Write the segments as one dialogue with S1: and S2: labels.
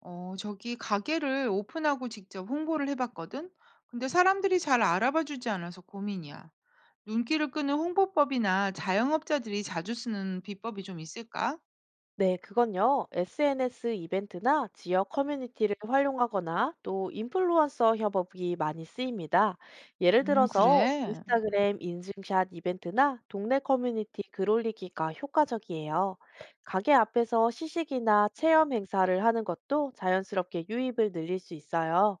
S1: 저기 가게를 오픈하고 직접 홍보를 해봤거든? 근데 사람들이 잘 알아봐 주지 않아서 고민이야. 눈길을 끄는 홍보법이나 자영업자들이 자주 쓰는 비법이 좀 있을까?
S2: 네, 그건요. SNS 이벤트나 지역 커뮤니티를 활용하거나 또 인플루언서 협업이 많이 쓰입니다. 예를 들어서
S1: 그래.
S2: 인스타그램 인증샷 이벤트나 동네 커뮤니티 글 올리기가 효과적이에요. 가게 앞에서 시식이나 체험 행사를 하는 것도 자연스럽게 유입을 늘릴 수 있어요.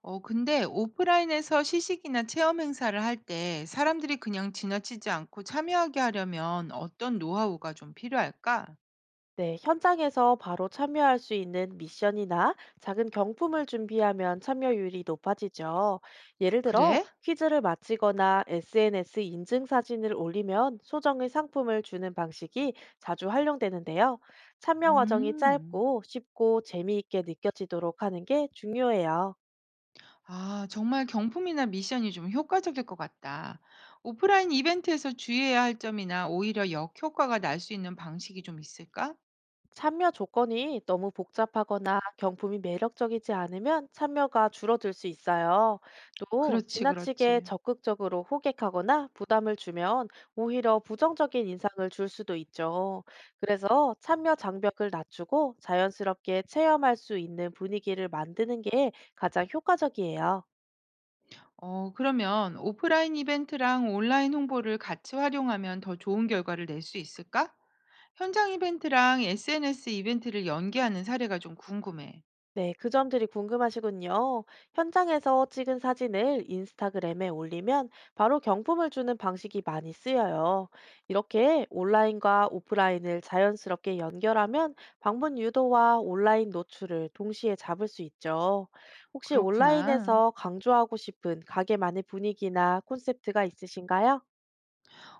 S1: 근데 오프라인에서 시식이나 체험 행사를 할 때 사람들이 그냥 지나치지 않고 참여하게 하려면 어떤 노하우가 좀 필요할까?
S2: 네, 현장에서 바로 참여할 수 있는 미션이나 작은 경품을 준비하면 참여율이 높아지죠. 예를 들어,
S1: 그래?
S2: 퀴즈를 마치거나 SNS 인증 사진을 올리면 소정의 상품을 주는 방식이 자주 활용되는데요. 참여 과정이
S1: 음.
S2: 짧고 쉽고 재미있게 느껴지도록 하는 게 중요해요.
S1: 아, 정말 경품이나 미션이 좀 효과적일 것 같다. 오프라인 이벤트에서 주의해야 할 점이나 오히려 역효과가 날 수 있는 방식이 좀 있을까?
S2: 참여 조건이 너무 복잡하거나 경품이 매력적이지 않으면 참여가 줄어들 수 있어요. 또
S1: 그렇지,
S2: 지나치게
S1: 그렇지.
S2: 적극적으로 호객하거나 부담을 주면 오히려 부정적인 인상을 줄 수도 있죠. 그래서 참여 장벽을 낮추고 자연스럽게 체험할 수 있는 분위기를 만드는 게 가장 효과적이에요.
S1: 그러면 오프라인 이벤트랑 온라인 홍보를 같이 활용하면 더 좋은 결과를 낼 수 있을까? 현장 이벤트랑 SNS 이벤트를 연계하는 사례가 좀 궁금해.
S2: 네, 그 점들이 궁금하시군요. 현장에서 찍은 사진을 인스타그램에 올리면 바로 경품을 주는 방식이 많이 쓰여요. 이렇게 온라인과 오프라인을 자연스럽게 연결하면 방문 유도와 온라인 노출을 동시에 잡을 수 있죠. 혹시
S1: 그렇구나.
S2: 온라인에서 강조하고 싶은 가게만의 분위기나 콘셉트가 있으신가요?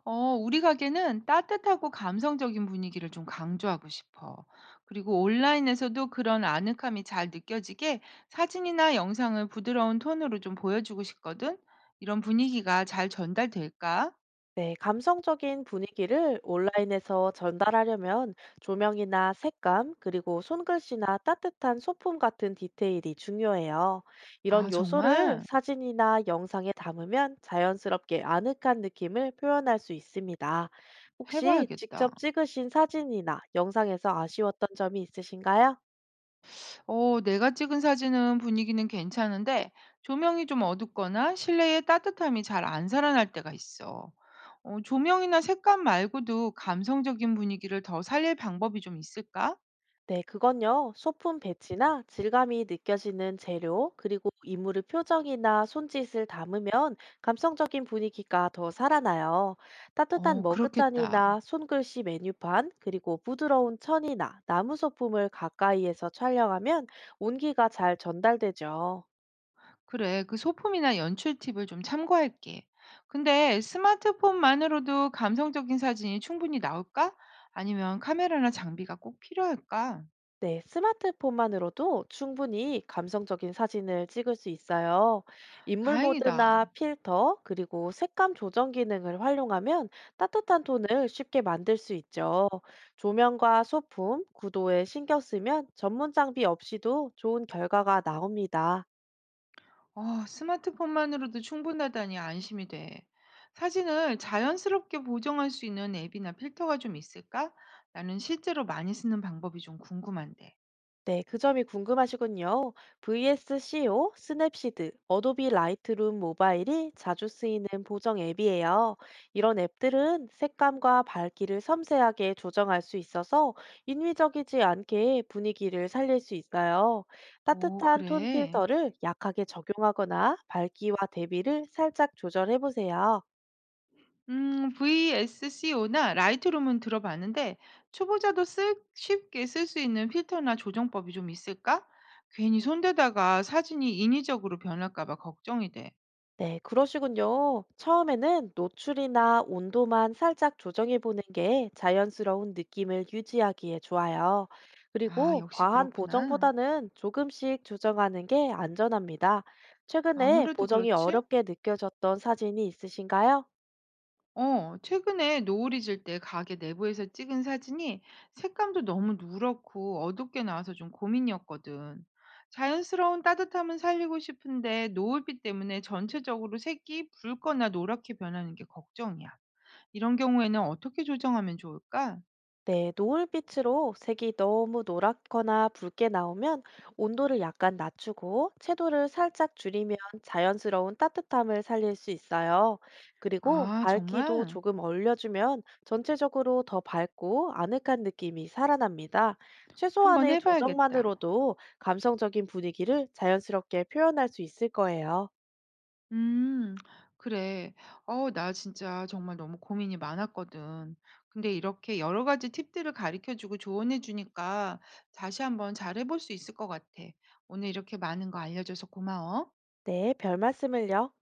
S1: 우리 가게는 따뜻하고 감성적인 분위기를 좀 강조하고 싶어. 그리고 온라인에서도 그런 아늑함이 잘 느껴지게 사진이나 영상을 부드러운 톤으로 좀 보여주고 싶거든. 이런 분위기가 잘 전달될까?
S2: 네, 감성적인 분위기를 온라인에서 전달하려면 조명이나 색감, 그리고 손글씨나 따뜻한 소품 같은 디테일이 중요해요. 이런
S1: 아,
S2: 요소를
S1: 정말?
S2: 사진이나 영상에 담으면 자연스럽게 아늑한 느낌을 표현할 수 있습니다. 혹시
S1: 해봐야겠다.
S2: 직접 찍으신 사진이나 영상에서 아쉬웠던 점이 있으신가요?
S1: 내가 찍은 사진은 분위기는 괜찮은데 조명이 좀 어둡거나 실내의 따뜻함이 잘 안 살아날 때가 있어. 조명이나 색감 말고도 감성적인 분위기를 더 살릴 방법이 좀 있을까?
S2: 네, 그건요. 소품 배치나 질감이 느껴지는 재료, 그리고 인물의 표정이나 손짓을 담으면 감성적인 분위기가 더 살아나요. 따뜻한
S1: 어 그렇겠다.
S2: 머그잔이나 손글씨 메뉴판, 그리고 부드러운 천이나 나무 소품을 가까이에서 촬영하면 온기가 잘 전달되죠.
S1: 그래. 그 소품이나 연출 팁을 좀 참고할게. 근데 스마트폰만으로도 감성적인 사진이 충분히 나올까? 아니면 카메라나 장비가 꼭 필요할까?
S2: 네, 스마트폰만으로도 충분히 감성적인 사진을 찍을 수 있어요. 인물
S1: 다행이다.
S2: 모드나 필터, 그리고 색감 조정 기능을 활용하면 따뜻한 톤을 쉽게 만들 수 있죠. 조명과 소품, 구도에 신경 쓰면 전문 장비 없이도 좋은 결과가 나옵니다.
S1: 어 스마트폰만으로도 충분하다니 안심이 돼. 사진을 자연스럽게 보정할 수 있는 앱이나 필터가 좀 있을까? 나는 실제로 많이 쓰는 방법이 좀 궁금한데.
S2: 네, 그 점이 궁금하시군요. VSCO, 스냅시드, 어도비 라이트룸 모바일이 자주 쓰이는 보정 앱이에요. 이런 앱들은 색감과 밝기를 섬세하게 조정할 수 있어서 인위적이지 않게 분위기를 살릴 수 있어요.
S1: 오,
S2: 따뜻한 톤
S1: 그래.
S2: 필터를 약하게 적용하거나 밝기와 대비를 살짝 조절해 보세요.
S1: VSCO나 라이트룸은 들어봤는데 쉽게 쓸 수 있는 필터나 조정법이 좀 있을까? 괜히 손대다가 사진이 인위적으로 변할까 봐 걱정이 돼.
S2: 네, 그러시군요. 처음에는 노출이나 온도만 살짝 조정해 보는 게 자연스러운 느낌을 유지하기에 좋아요.
S1: 아,
S2: 그리고
S1: 역시
S2: 과한
S1: 그렇구나.
S2: 보정보다는 조금씩 조정하는 게 안전합니다. 최근에
S1: 아무래도
S2: 보정이
S1: 그렇지.
S2: 어렵게 느껴졌던 사진이 있으신가요?
S1: 최근에 노을이 질 때 가게 내부에서 찍은 사진이 색감도 너무 누렇고 어둡게 나와서 좀 고민이었거든. 자연스러운 따뜻함은 살리고 싶은데 노을빛 때문에 전체적으로 색이 붉거나 노랗게 변하는 게 걱정이야. 이런 경우에는 어떻게 조정하면 좋을까?
S2: 네, 노을빛으로 색이 너무 노랗거나 붉게 나오면 온도를 약간 낮추고 채도를 살짝 줄이면 자연스러운 따뜻함을 살릴 수 있어요. 그리고
S1: 아,
S2: 밝기도
S1: 정말?
S2: 조금 올려주면 전체적으로 더 밝고 아늑한 느낌이 살아납니다.
S1: 한번
S2: 최소한의
S1: 해봐야겠다.
S2: 조정만으로도 감성적인 분위기를 자연스럽게 표현할 수 있을 거예요.
S1: 음. 그래. 어 나 진짜 정말 너무 고민이 많았거든. 근데 이렇게 여러 가지 팁들을 가르쳐 주고 조언해 주니까 다시 한번 잘해 볼 수 있을 것 같아. 오늘 이렇게 많은 거 알려줘서 고마워.
S2: 네, 별 말씀을요.